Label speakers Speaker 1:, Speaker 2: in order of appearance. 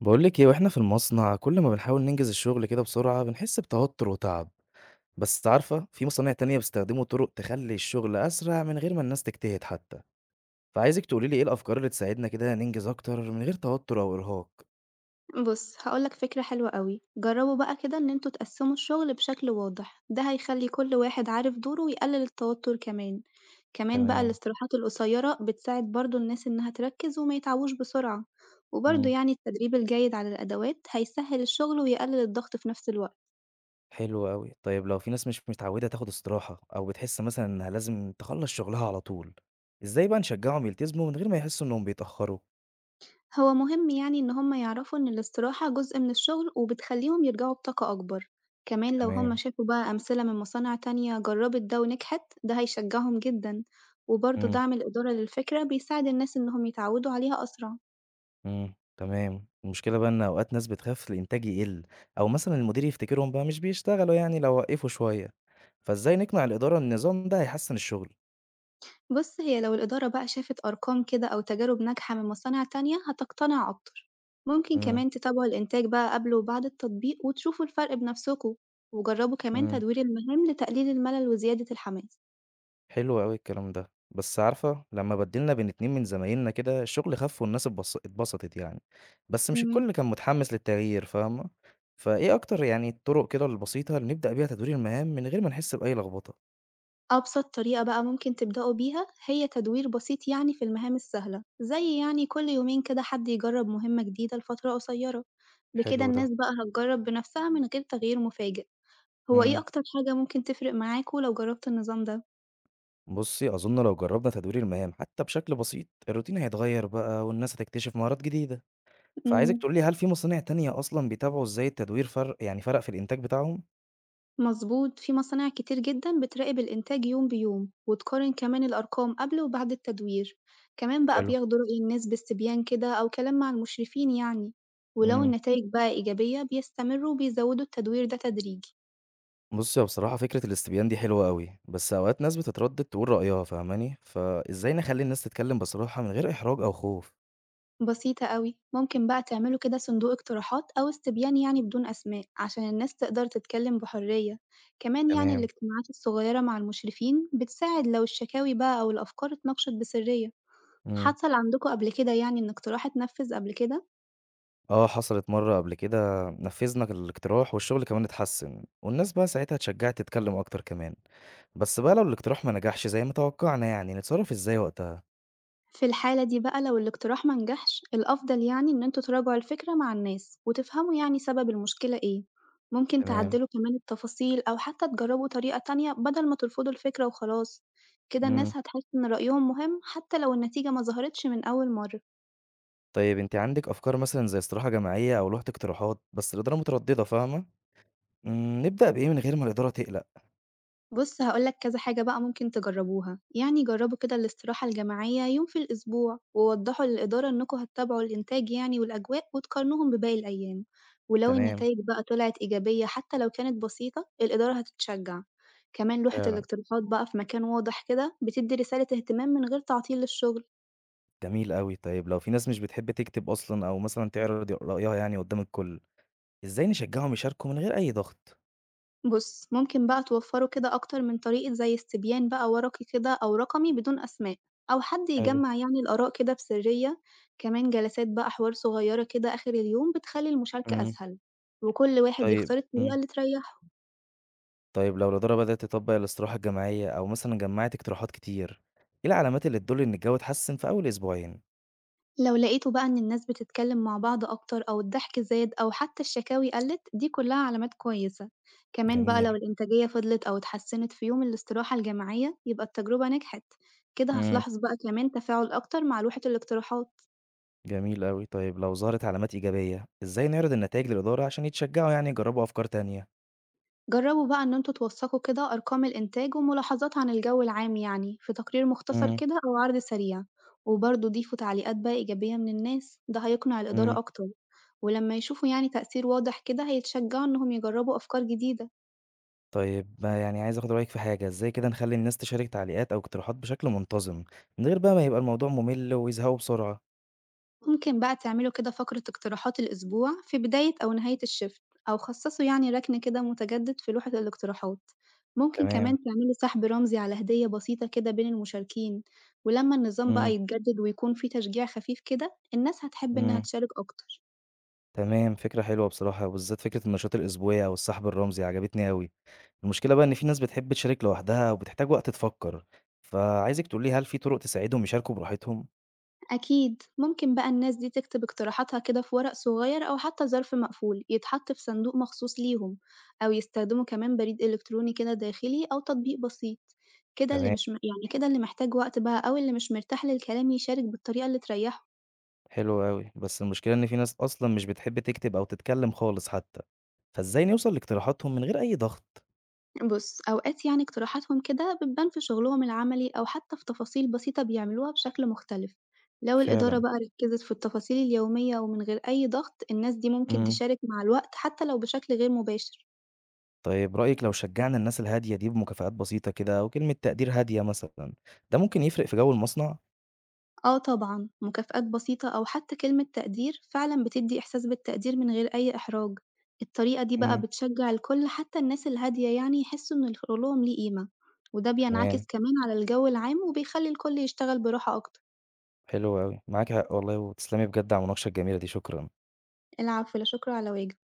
Speaker 1: بقول لك ايه واحنا في المصنع كل ما بنحاول ننجز الشغل كده بسرعة بنحس بتوتر وتعب. بس عارفة في مصانع تانية بيستخدموا طرق تخلي الشغل أسرع من غير ما الناس تجتهد حتى. فعايزك تقولي لي ايه الأفكار اللي تساعدنا كده ننجز أكتر من غير توتر أو إرهاق.
Speaker 2: بُص، هاقول لك فكرة حلوة أوي، جرّبوا بقى كده إن أنتم تقسّموا الشغل بشكل واضح، ده هيخلّي كل واحد عارف دوره ويقلل التوتر كمان. كمان بقى
Speaker 1: تمام.
Speaker 2: الاستراحات القصيرة بتساعد برضه الناس إنها تركّز وما يتعبوش بسرعة، وبرضه
Speaker 1: امم
Speaker 2: يعني التدريب الجيد على الأدوات هيسهّل الشغل ويقلل الضغط في نفس الوقت.
Speaker 1: حلو قوي. طيب لو في ناس مش متعودة تاخد استراحة أو بتحس مثلا إنها لازم تخلص شغلها على طول، ازاي بقى نشجعهم يلتزموا من غير ما يحسوا إنهم بيتأخروا؟
Speaker 2: هو مهم يعني إن هم يعرفوا إن الاستراحة جزء من الشغل وبتخليهم يرجعوا بطاقة أكبر، كمان لو هم
Speaker 1: تمام.
Speaker 2: شافوا بقى أمثلة من مصانع تانية جربت ده ونجحت، ده هيشجعهم جدا، وبرضه
Speaker 1: مم.
Speaker 2: دعم الإدارة للفكرة بيساعد الناس إنهم يتعودوا عليها أسرع.
Speaker 1: إمم، تمام. المشكلة بقى إن أوقات ناس بتخاف الإنتاج يقِل، أو مثلًا المدير يفتكرهم بقى مش بيشتغلوا يعني لو وقّفوا شوية، فإزاي نقنع الإدارة إن النظام ده هيحسّن الشغل؟
Speaker 2: بص، هي لو الإدارة بقى شافت أرقام كده أو تجارب ناجحة من مصانع تانية هتقتنع أكتر، ممكن
Speaker 1: إمم.
Speaker 2: كمان تتابعوا الإنتاج بقى قبل وبعد التطبيق وتشوفوا الفرق بنفسكوا، وجربوا كمان
Speaker 1: إمم.
Speaker 2: تدوير المهام لتقليل الملل وزيادة الحماس.
Speaker 1: حلو أوي الكلام ده. بس عارفة، لمّا بدّلنا بين 2 من زمايلنا كده الشغل خَف والناس اتبسطت يعني، بس مش الكل كان متحمّس للتغيير فاهمة؟ فإيه أكتر يعني الطُرق كده البسيطة اللي نبدأ بيها تدوير المهام من غير ما نحس بأي لخبطة؟
Speaker 2: أبسط طريقة بقى ممكن تبدأوا بيها هي تدوير بسيط يعني في المهام السهلة، زي يعني كل يومين كده حد يجرب مهمة جديدة لفترة قصيرة. بكده
Speaker 1: حلو ده.
Speaker 2: الناس بقى هتجرب بنفسها من غير تغيير مفاجئ. هو إيه
Speaker 1: إمم.
Speaker 2: أكتر حاجة ممكن تفرق معاكوا لو جربتوا النظام ده؟
Speaker 1: بُصّي، أظن لو جرّبنا تدوير المهام حتى بشكل بسيط، الروتين هيتغيّر بقى والناس هتكتشف مهارات جديدة، فعايزِك
Speaker 2: امم
Speaker 1: تقولي لي هل في مصانع تانية أصلًا بيتابعوا إزاي التدوير فرق يعني فرق في الإنتاج بتاعهم؟
Speaker 2: مظبوط، في مصانع كتير جدا بتراقب الإنتاج يوم بيوم وتقارن كمان الأرقام قبل وبعد التدوير. كمان بقى
Speaker 1: حلو.
Speaker 2: بياخدوا رأي الناس باستبيان كده أو كلام مع المشرفين يعني. ولو
Speaker 1: إمم.
Speaker 2: النتائج بقى إيجابية بيستمروا وبيزودوا التدوير ده تدريجي.
Speaker 1: بُصّي، هو بصراحة فكرة الاستبيان دي حلوة أوي، بس أوقات ناس بتتردد تقول رأيها فاهماني؟ فإزاي نخلّي الناس تتكلم بصراحة من غير إحراج أو خوف؟
Speaker 2: بسيطة قوي، ممكن بقى تعملوا كده صندوق اقتراحات أو استبيان يعني بدون أسماء، عشان الناس تقدر تتكلم بحرية. كمان يعني
Speaker 1: تمام.
Speaker 2: الاجتماعات الصغيرة مع المشرفين بتساعد لو الشكاوي بقى أو الأفكار اتناقشت بسرية.
Speaker 1: إمم.
Speaker 2: حصل عندكم قبل كده يعني إن اقتراح اتنفّذ قبل كده؟
Speaker 1: آه، حصلت مرّة قبل كده. نفّذنا الاقتراح والشغل كمان اتحسّن، والناس بقى ساعتها اتشجّعت تتكلّم أكتر كمان. بس بقى لو الاقتراح ما نجحش زي ما توقعنا يعني، نتصرّف إزاي وقتها؟
Speaker 2: في الحالة دي بقى لو الاقتراح ما نجحش، الأفضل يعني إن أنتم تراجعوا الفكرة مع الناس وتفهموا يعني سبب المشكلة إيه، ممكن
Speaker 1: تمام.
Speaker 2: تعدّلوا كمان التفاصيل أو حتى تجرّبوا طريقة تانية بدل ما ترفضوا الفكرة وخلاص، كده
Speaker 1: إمم.
Speaker 2: الناس هتحس إن رأيهم مهم حتى لو النتيجة ما ظهرتش من أول مرة.
Speaker 1: طيب أنتِ عندِك أفكار مثلًا زي استراحة جماعية أو لوحة اقتراحات، بس الإدارة متردّدة فاهمة؟ إمم، نبدأ بإيه من غير ما الإدارة تقلق؟
Speaker 2: بُص، هاقول لك كذا حاجة بقى ممكن تجرّبوها، يعني جرّبوا كده الاستراحة الجماعية يوم في الأسبوع، ووضّحوا للإدارة إنكم هتتابعوا الإنتاج يعني والأجواء وتقارنوهم بباقي الأيام، ولو
Speaker 1: تمام.
Speaker 2: النتايج بقى طلعت إيجابية حتى لو كانت بسيطة، الإدارة هتتشجّع. كمان لوحة
Speaker 1: فعلًا.
Speaker 2: الاقتراحات بقى في مكان واضح كده بتدّي رسالة اهتمام من غير تعطيل للشغل.
Speaker 1: جميل أوي. طيب لو في ناس مش بتحب تكتب أصلًا أو مثلًا تعرض رأيها يعني قُدّام الكل، إزاي نشجّعهم يشاركوا من غير أي ضغط؟
Speaker 2: بُص، ممكن بقى توفّروا كده أكتر من طريقة، زي استبيان بقى ورقي كده أو رقمي بدون أسماء، أو حد
Speaker 1: حلو.
Speaker 2: يجمّع يعني الآراء كده بسرية. كمان جلسات بقى حوار صغيرة كده آخر اليوم بتخلّي المشاركة
Speaker 1: إمم.
Speaker 2: أسهل، وكل واحد
Speaker 1: طيب
Speaker 2: يختار الطريقة
Speaker 1: إمم.
Speaker 2: اللي تريّحه.
Speaker 1: طيب لو الإدارة بدأت تطبّق الاستراحة الجماعية أو مثلًا جمّعت اقتراحات كتير، إيه العلامات اللي تدُل إن الجو اتحسّن في أول أسبوعين؟
Speaker 2: لو لقيتوا بقى إن الناس بتتكلم مع بعض أكتر أو الضحك زاد أو حتى الشكاوي قلّت، دي كلها علامات كويسة. كمان بقى لو
Speaker 1: جميل.
Speaker 2: الإنتاجية فضلت أو اتحسنت في يوم الاستراحة الجماعية يبقى التجربة نجحت. كده
Speaker 1: إمم.
Speaker 2: هتلاحظ بقى كمان تفاعل أكتر مع لوحة الاقتراحات.
Speaker 1: جميل أوي. طيب لو ظهرت علامات إيجابية، إزاي نعرض النتايج للإدارة عشان يتشجّعوا يعني يجرّبوا أفكار تانية؟
Speaker 2: جرّبوا بقى إن أنتم توثّقوا كده أرقام الإنتاج وملاحظات عن الجو العام يعني في تقرير مختصر
Speaker 1: إمم.
Speaker 2: كده أو عرض سريع، وبرضه ضيفوا تعليقات بقى إيجابية من الناس، ده هيقنع
Speaker 1: إمم.
Speaker 2: الإدارة أكتر. ولما يشوفوا يعني تأثير واضح كده هيتشجعوا إنهم يجربوا أفكار جديدة.
Speaker 1: طيب ما يعني عايز آخُد رأيك في حاجة، إزاي كده نخلّي الناس تشارك تعليقات أو اقتراحات بشكل منتظم، من غير بقى ما يبقى الموضوع مُمِل ويزهقوا بسرعة؟
Speaker 2: ممكن بقى تعملوا كده فقرة اقتراحات الأسبوع في بداية أو نهاية الشفت، أو خصصوا يعني ركن كده متجدد في لوحة الاقتراحات. ممكن
Speaker 1: تمام.
Speaker 2: كمان تعملوا سحب رمزي على هدية بسيطة كده بين المشاركين، ولما النظام
Speaker 1: إمم.
Speaker 2: بقى يتجدد ويكون فيه تشجيع خفيف كده الناس هتحب إنها
Speaker 1: إمم.
Speaker 2: تشارك أكتر.
Speaker 1: تمام، فكرة حلوة بصراحة وبالذات فكرة النشاط الأسبوعي أو السحب الرمزي عجبتني أوي. المشكلة بقى إن في ناس بتحب تشارك لوحدها وبتحتاج وقت تفكّر، فعايزِك تقولي لي هل في طرق تساعدهم يشاركوا براحتهم؟
Speaker 2: أكيد، ممكن بقى الناس دي تكتب اقتراحاتها كده في ورق صغير أو حتى ظرف مقفول يتحط في صندوق مخصوص ليهم، أو يستخدموا كمان بريد إلكتروني كده داخلي أو تطبيق بسيط، كده اللي
Speaker 1: تمام.
Speaker 2: مش م- يعني كده اللي محتاج وقت بقى أو اللي مش مرتاح للكلام يشارك بالطريقة اللي تريحه.
Speaker 1: حلو أوي، بس المشكلة إن في ناس أصلًا مش بتحب تكتب أو تتكلّم خالص حتى، فإزاي نوصل لاقتراحاتهم من غير أي ضغط؟
Speaker 2: بص، أوقات يعني اقتراحاتهم كده بتبان في شغلهم العملي أو حتى في تفاصيل بسيطة بيعملوها بشكل مختلف. لو الإدارة
Speaker 1: فعلًا.
Speaker 2: بقى ركزت في التفاصيل اليومية ومن غير أي ضغط، الناس دي ممكن
Speaker 1: إمم.
Speaker 2: تشارك مع الوقت حتى لو بشكل غير مباشر.
Speaker 1: طيب رأيِك لو شجّعنا الناس الهادية دي بمكافآت بسيطة كده أو كلمة تقدير هادية مثلًا، ده ممكن يفرق في جو المصنع؟
Speaker 2: آه طبعًا، مكافآت بسيطة أو حتى كلمة تقدير فعلًا بتدي إحساس بالتقدير من غير أي إحراج. الطريقة دي بقى
Speaker 1: إمم.
Speaker 2: بتشجع الكل، حتى الناس الهادية يعني يحسوا إن شغلهم ليه قيمة، وده
Speaker 1: تمام.
Speaker 2: بينعكس كمان على الجو العام وبيخلي الكل يشتغل براحة أكتر.
Speaker 1: حلو أوي، معاك حق والله وتسلمي بجد على المناقشة الجميلة دي، شكرًا.
Speaker 2: العفو، لا شكر على واجب.